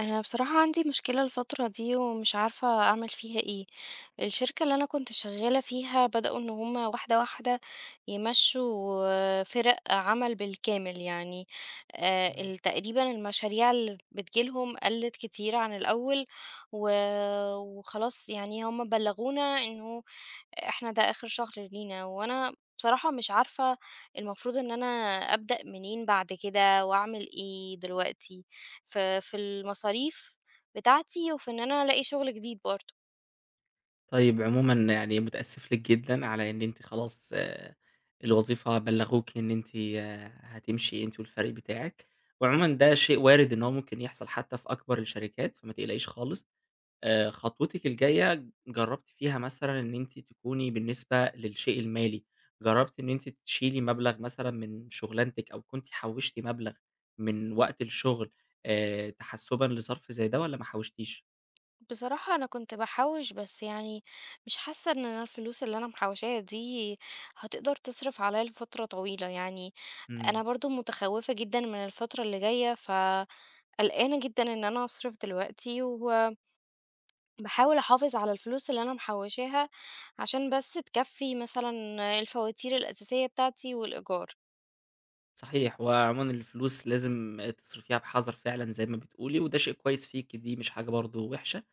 أنا بصراحة عندي مشكلة الفترة دي ومش عارفة أعمل فيها إيه. الشركة اللي أنا كنت شغالة فيها بدأوا إن هما واحدة واحدة يمشوا، فرق عمل بالكامل يعني. إمم. تقريبا المشاريع اللي بتجيلهم قلت كتير عن الأول. وخلاص يعني هما بلغونا إنه إحنا ده آخر شهر لينا، وأنا بصراحة مش عارفة المفروض إن أنا أبدأ منين بعد كده، وأعمل إيه دلوقتي في المصاريف بتاعتي، وفي إن أنا ألاقي شغل جديد برضه. طيب عمومًا يعني متأسف لِك جدًا على إن أنتِ خلاص الوظيفة بلّغوكِ إن أنتِ هتمشي أنتِ والفريق بتاعِك، وعمومًا ده شيء وارد إن هو ممكن يحصل حتى في أكبر الشركات، فما تقلقيش خالص. خطوتِك الجاية جرّبتِ فيها مثلًا إن أنتِ تكوني بالنسبة للشيء المالي، جرّبتِ إن أنتِ تشيلي مبلغ مثلًا من شغلانتِك أو كنتِ حوّشتِ مبلغ من وقت الشغل تحسُّبًا لظرف زي ده والّا ما حوّشتيش؟ بصراحة أنا كنت باحوّش، بس يعني مش حاسة إن أنا الفلوس اللي أنا محوّشاها دي هتقدر تصرف عليّا لفترة طويلة، يعني أنا إمم. برضه متخوّفة جدًا من الفترة اللي جاية، فقلقانة جدًا إن أنا أصرف دلوقتي، و باحاول أحافظ على الفلوس اللي أنا محوّشاها، عشان بس تكفّي مثلًا الفواتير الأساسية بتاعتي والإيجار. صحيح، وعمومًا الفلوس لازم تصرفيها بحذر فعلًا زي ما بتقولي، وده شيء كويس فيكِ، دي مش حاجة برضه وحشة.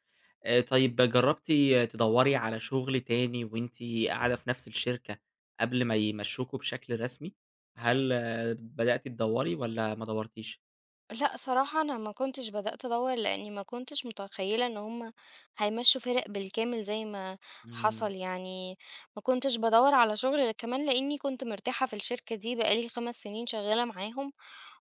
طيب جربتِ تدوّري على شغل تاني وأنتِ قاعدة في نفس الشركة قبل ما يمشّوكوا بشكل رسمي؟ هل بدأتِ تدوّري والّا ما دورتيش؟ لأ، صراحة أنا ما كنتش بدأت أدوّر، لإني ما كنتش متخيّلة إن هم هيمشّوا فِرَق بالكامل زي ما إمم، حصل يعني، ما كنتش بادوّر على شُغل كمان لإني كنت مرتاحة في الشركة دي بقى لي 5 سنين شغّالة معاهم،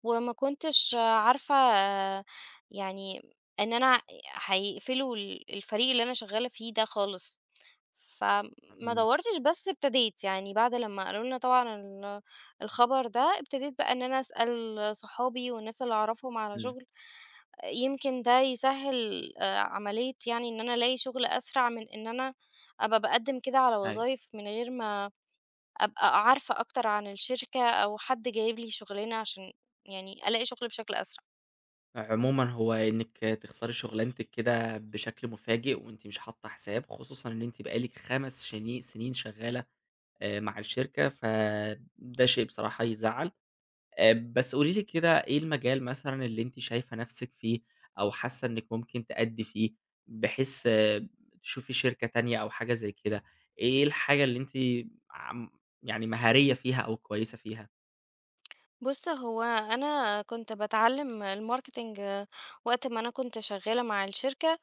وما كنتش عارفة يعني إن أنا هيقفلوا ال الفريق اللي أنا شغّالة فيه ده خالص. فما إمم، دوّرتش بس ابتديت، يعني بعد لمّا قالوا لنا طبعًا ال الخبر ده، ابتديت بقى إن أنا أسأل صحابي والناس اللي أعرفهم على إمم، شغل، يمكن ده يسهّل عملية يعني إن أنا ألاقي شغل أسرع من إن أنا أبقى باقدّم كده على أيوه. وظايف من غير ما أبقى عارفة أكتر عن الشركة أو حد جايب لي شغلانة عشان يعني ألاقي شغل بشكل أسرع. عمومًا هو إنِّك تخسري شغلانتِك كده بشكل مفاجئ وأنتِ مش حاطة حساب، خصوصًا إن أنتِ بقى لِك 5 سنين شغالة مع الشركة، فده شيء بصراحة يزعّل. بس قولي لي كده إيه المجال مثلًا اللي أنتِ شايفة نَفْسِك فيه أو حاسة إنِّك ممكن تأدّي فيه، بحيث تشوفي شركة تانية أو حاجة زي كده؟ إيه الحاجة اللي أنتِ عم يعني مهارية فيها أو كويسة فيها؟ بُص، هو أنا كنت باتعلّم الmarketing وقت ما أنا كنت شغّالة مع الشركة،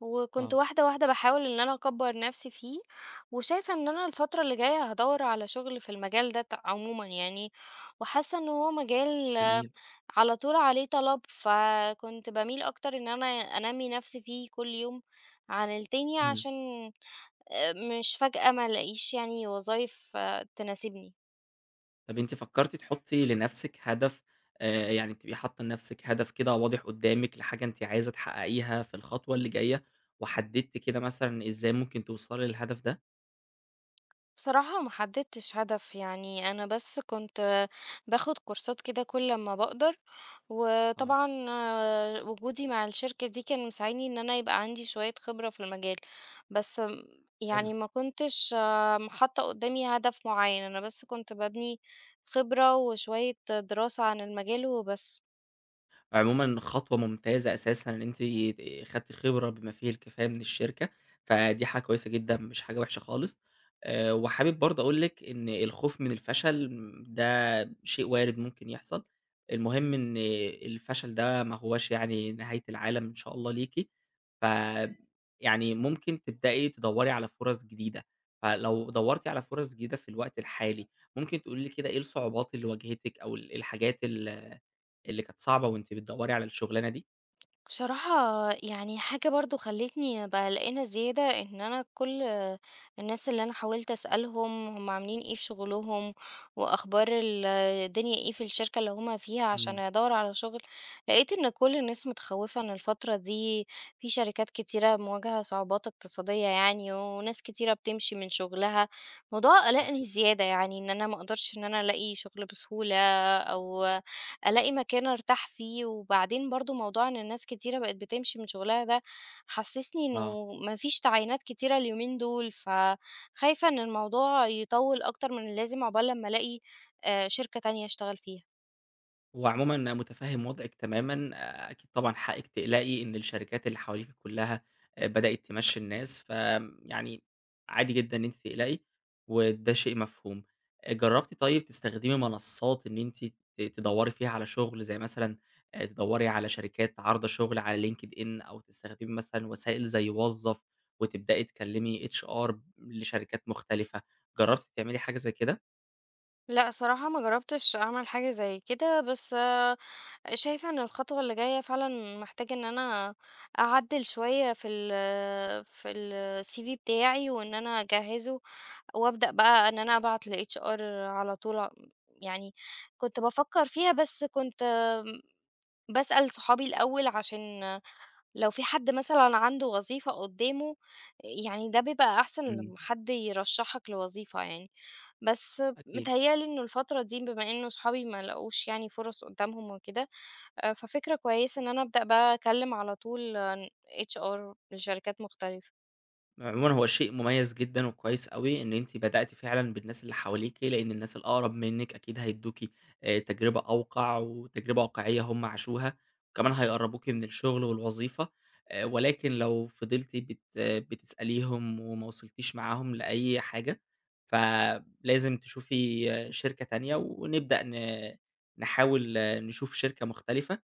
وكنت آه، واحدة واحدة باحاول إن أنا أكبّر نفسي فيه، وشايفة إن أنا الفترة اللي جاية هادوّر على شغل في المجال ده عمومًا يعني، وحاسة إن هو مجال جميل. على طول عليه طلب، فكنت باميل أكتر إن أنا أنمّي نفسي فيه كل يوم عن التاني إمم. عشان آآ مش فجأة ما الاقيش يعني وظايف تناسبني. طَب أنتِ فكّرتِ تحُطّي لنَفْسِك هدف، يعني تبقي حاطّة لنَفْسِك هدف كده واضح قُدّامِك لحاجة أنتِ عايزة تحقّقيها في الخطوة اللي جاية، وحدّدتِ كده مثلًا إزاي ممكن توصلي للهدف ده؟ بصراحة ما حددتش هدف، يعني أنا بس كنت باخد كورسات كده كل لما بقدر، آه، وطبعا وجودي مع الشركة دي كان مساعدني إن أنا يبقى عندي شوية خبرة في المجال، بس حلو. يعني ما كنتش حاطة قدامي هدف معين، أنا بس كنت ببني خبرة وشوية دراسة عن المجال وبس. عمومًا خطوة ممتازة أساسًا إن أنتِ خدتِ خبرة بما فيه الكفاية من الشركة، فدي حاجة كويسة جدًا مش حاجة وحشة خالص. وحابب برضه أقول لِك إن الخوف من الفشل ده شيء وارد ممكن يحصل، المهم إن الفشل ده ما هواش يعني نهاية العالم إن شاء الله ليكِ، ف يعني ممكن تبدئي تدوّري على فرص جديدة، فلو دورتِ على فرص جديدة في الوقت الحالي، ممكن تقولي لي كده إيه الصعوبات اللي واجهتِك أو الحاجات اللي كانت صعبة وأنتِ بتدوّري على الشغلانة دي؟ بصراحة يعني حاجة برضو خلتني بقى قلقانة زيادة، ان انا كل الناس اللي انا حاولت اسألهم هم عاملين ايه في شغلهم، واخبار الدنيا ايه في الشركة اللي هما فيها عشان إمم، ادور على شغل، لقيت ان كل الناس متخوفة ان الفترة دي في شركات كتيرة مواجهة صعوبات اقتصادية يعني، وناس كتيرة بتمشي من شغلها. موضوع قلقني صحيح، زيادة، يعني ان انا مقدرش ان انا الاقي شغل بسهولة، او ألاقي مكان أرتاح فيه، وبعدين برضه موضوع إن الناس كتيرة بقت بتمشي من شغلها ده حسسني آه. إنه ما فيش تعيينات كتيرة اليومين دول، فخايفة إن الموضوع يطوّل أكتر من اللازم عقبال لمّا ألاقي شركة تانية أشتغل فيها. هو عمومًا أنا متفهم وضعِك تمامًا، آه، أكيد طبعًا حقِك تقلقي إن الشركات اللي حواليكِ كلها بدأت تمشّي الناس، فيعني عادي جدًا إن أنتِ تقلقي، وده شيء مفهوم. جربتِ طيب تستخدمي منصات إن أنتِ تدوّري فيها على شغل، زي مثلًا تدوّري على شركات عارضة شغل على LinkedIn أو تستخدمي مثلًا وسائل زي وظّف، وتبدئي تكلمي HR لشركات مختلفة، جربتِ تعملي حاجة زي كده؟ لأ، صراحة ما جرّبتش أعمل حاجة زي كده، بس شايفة إن الخطوة اللي جاية فعلًا محتاجة إن أنا أعدِّل شوية في الCV بتاعي، وإن أنا أجهّزه، وأبدأ بقى إن أنا أبعت للHR على طول يعني كنت بافكّر فيها، بس كنت م باسأل صحابي الأول عشان لو في حد مثلًا عنده وظيفة قدّامه، يعني ده بيبقى أحسن إمم، لمّا حد يرشّحك لوظيفة يعني، بس أكيد. متهيأ لي إنه الفترة دي بما إنه صحابي ما لقوش يعني فرص قدّامهم وكده، ففكرة كويسة إن أنا أبدأ بقى أكلّم على طول HR لشركات مختلفة. عمومًا هو شيء مميز جدًا وكويس أوي إن أنتِ بدأتِ فعلًا بالناس اللي حواليكِ، لإن الناس الأقرب منِّك أكيد هيدوكِ تجربة أوقع وتجربة واقعية هم عاشوها، وكمان هيقربوكِ من الشغل والوظيفة، ولكن لو فضلتِ بت آه، بتسأليهم وما وصلتيش معاهم لأي حاجة، فلازم تشوفي شركة تانية ونبدأ نحاول نشوف شركة مختلفة.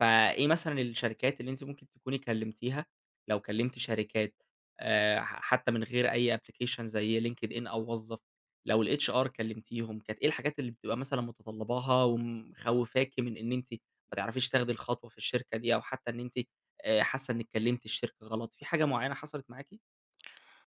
فإيه مثلًا الشركات اللي أنتِ ممكن تكوني كلمتيها، لو كلمتِ شركات ح حتى من غير أي application زي LinkedIn أو وظّف، لو الHR كلمتيهم، كانت إيه الحاجات اللي بتبقى مثلًا متطلباها ومخوّفاكِ من إن أنتِ ما تعرفيش تاخدي الخطوة في الشركة دي، أو حتى إن أنتِ حاسة إنِّك كلمتِ الشركة غلط، في حاجة معيّنة حصلت معاكِ؟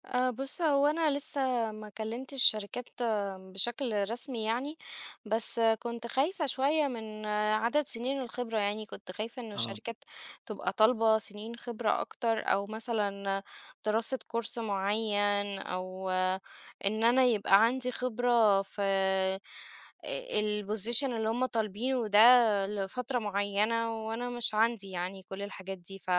أه بص، هو انا لسه ما كلمتش الشركات بشكل رسمي يعني، بس كنت خايفة شوية من عدد سنين الخبرة، يعني كنت خايفة انه آه، الشركات تبقى طالبة سنين خبرة اكتر، او مثلا دراسة كورس معين، او ان انا يبقى عندي خبرة في البوزيشن اللي هم طالبينه ده لفترة معينة، وانا مش عندي يعني كل الحاجات دي، ف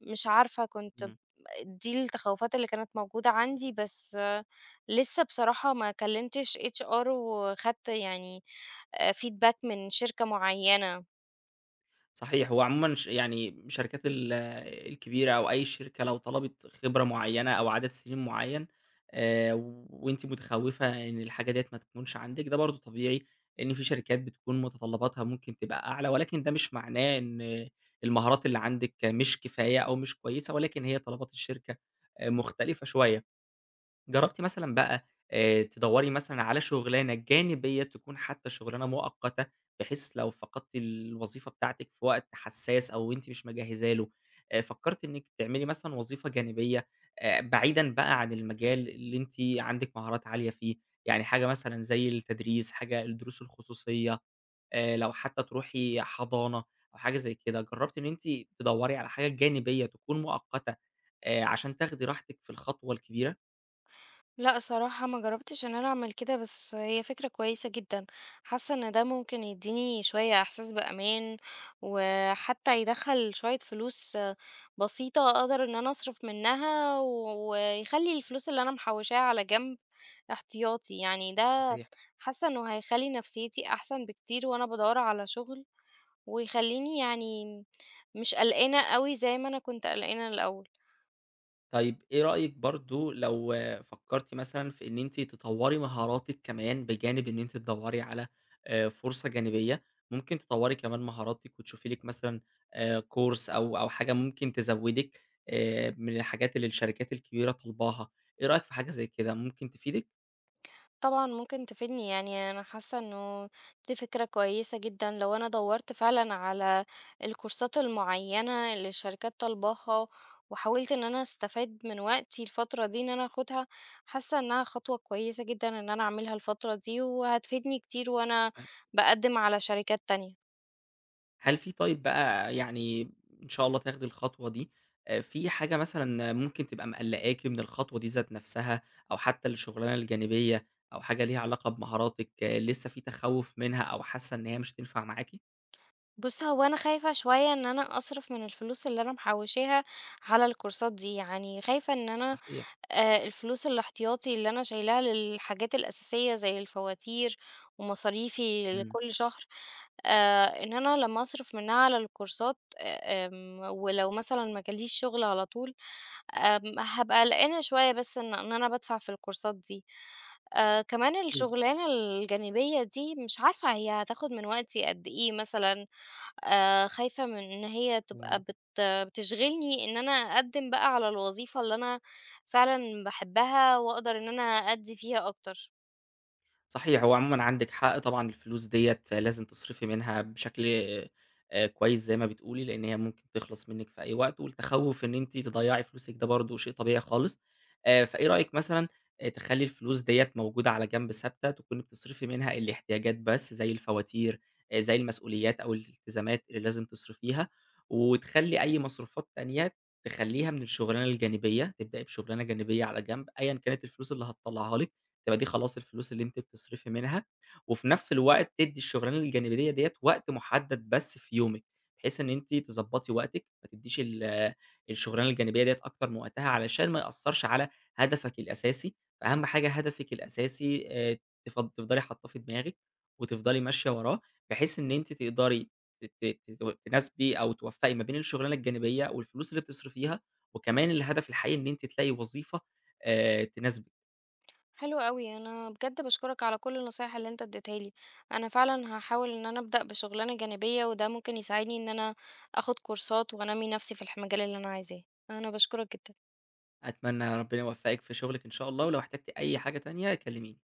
مش عارفة كنت. إمم. دي التخوّفات اللي كانت موجودة عندي، بس لسه بصراحة ما كلّمتش HR وخدت يعني feedback من شركة معيّنة. صحيح، هو عمومًا يعني الشركات الكبيرة أو أي شركة لو طلبت خبرة معيّنة أو عدد سنين معيّن آآ، وأنتِ متخوّفة إن الحاجة ديّة ما تكونش عندِك، ده برضه طبيعي، لإن في شركات بتكون متطلباتها ممكن تبقى أعلى، ولكن ده مش معناه إن المهارات اللي عندِك مش كفاية أو مش كويسة، ولكن هي طلبات الشركة مختلفة شوية. جربتِ مثلًا بقى تدوّري مثلًا على شغلانة جانبية تكون حتى شغلانة مؤقتة، بحيث لو فقدتِ الوظيفة بتاعتِك في وقت حساس أو أنتِ مش مجهزة له، فكرتِ إنِّك تعملي مثلًا وظيفة جانبية بعيدًا بقى عن المجال اللي أنتِ عندِك مهارات عالية فيه، يعني حاجة مثلًا زي التدريس، حاجة الدروس الخصوصية، لو حتى تروحي حضانة أو حاجة زي كده، جربتِ إن أنتِ تدوّري على حاجة جانبية تكون مؤقتة عشان تاخدي راحتِك في الخطوة الكبيرة؟ لأ صراحة ما جرّبتش إن أنا أعمل كده، بس هي فكرة كويسة جدًا، حاسة إن ده ممكن يدّيني شوية إحساس بأمان، وحتى يدخّل شوية فلوس بسيطة أقدر إن أنا أصرف منها، ويخلّي الفلوس اللي أنا محوّشاها على جنب احتياطي، يعني ده صحيح. حاسة إنه هيخلّي نفسيتي أحسن بكتير وأنا بادوّر على شغل، ويخلّيني يعني مش قلقانة أوي زي ما أنا كنت قلقانة الأول. طيب إيه رأيِك برضه لو فكّرتِ مثلًا في إن أنتِ تطوّري مهاراتِك كمان بجانب إن أنتِ تدوّري على فرصة جانبية، ممكن تطوّري كمان مهاراتِك وتشوفي لِك مثلًا course أو حاجة ممكن تزوّدِك من الحاجات اللي الشركات الكبيرة طالباها، إيه رأيِك في حاجة زي كده ممكن تفيدِك؟ طبعًا ممكن تفيدني، يعني أنا حاسة إنه دي فكرة كويسة جدًا، لو أنا دَوّرت فعلًا على الكورسات المعيّنة اللي الشركات طالباها، وحاولت إن أنا أستفاد من وقتي الفترة دي إن أنا آخُدها، حاسة إنها خطوة كويسة جدًا إن أنا أعملها الفترة دي، وهتفيدني كتير وأنا باقدّم على شركات تانية. هل في طيب بقى يعني إن شاء الله تاخدي الخطوة دي، في حاجة مثلًا ممكن تبقى مقلّقاكِ من الخطوة دي ذات نفسها، أو حتى الشغلانة الجانبية، أو حاجة ليها علاقة بمهاراتِك لسه في تخوّف منها أو حاسة إن هي مش هتنفع معاكِ؟ بُص، هو أنا خايفة شوية إن أنا أصرف من الفلوس اللي أنا محوشاها على الكورسات دي، يعني خايفة إن أنا صحيح. الفلوس الاحتياطي اللي أنا شايلاها للحاجات الأساسية زي الفواتير ومصاريفي إمم. لكل شهر، إن أنا لمّا أصرف منها على الكورسات آمم، ولو مثلًا ما جاليش شغل على طول، هابقى قلقانة شوية بس إن أنا بادفع في الكورسات دي. كمان أكيد. الشغلانة الجانبية دي مش عارفة هي هتاخد من وقتي قد إيه مثلًا، خايفة من إن هي تبقى إمم. بتشغلني إن أنا أقدّم بقى على الوظيفة اللي أنا فعلًا باحبها وأقدر إن أنا أأدّي فيها أكتر. صحيح، هو عمومًا عندِك حق طبعًا الفلوس ديّة لازم تصرفي منها بشكل كويس زي ما بتقولي، لإن هي ممكن تخلص منِّك في أي وقت، والتخوّف إن أنتِ تضيّعي فلوسِك ده برضه شيء طبيعي خالص. فإيه رأيِك مثلًا تخلّي الفلوس ديّة موجودة على جنب ثابتة، تكوني بتصرفي منها الاحتياجات بس زي الفواتير، زي المسؤوليات أو الالتزامات اللي لازم تصرفيها، وتخلّي أي مصروفات تانية تخلّيها من الشُغلانة الجانبية، تبدئي بشُغلانة جانبية على جنب أيًا كانت الفلوس اللي هتطلّعها لِك، تبقى دي خلاص الفلوس اللي أنتِ بتصرفي منها، وفي نفس الوقت تدّي الشغلانة الجانبية ديّة وقت محدد بس في يومِك، بحيث إن أنتِ تضبّطي وقتِك، ما تدّيش الشغلانة الجانبية ديّة أكتر من وقتها علشان ما يأثّرش على هدفك الأساسي، فأهم حاجة هدفِك الأساسي تف تفضلي حاطاه في دماغِك وتفضلي ماشية وراه، بحيث إن أنتِ تقدري ت ت ت تناسبي أو توفّقي ما بين الشغلانة الجانبية والفلوس اللي بتصرفيها، وكمان الهدف الحقيقي إن أنتِ تلاقي وظيفة تناسبِك. حلو أوي، أنا بجد باشكرك على كل النصايح اللي أنت ادّيتها لي. أنا فعلًا هاحاول إن أنا أبدأ بشغلانة جانبية، وده ممكن يساعدني إن أنا آخُد كورسات وأنمّي نَفْسي في المجال اللي أنا عايزاه. أنا باشكرك جدًا. أتمنى ربنا يوفقِك في شغلِك إن شاء الله، ولو احتجتِ أي حاجة تانية كلميني.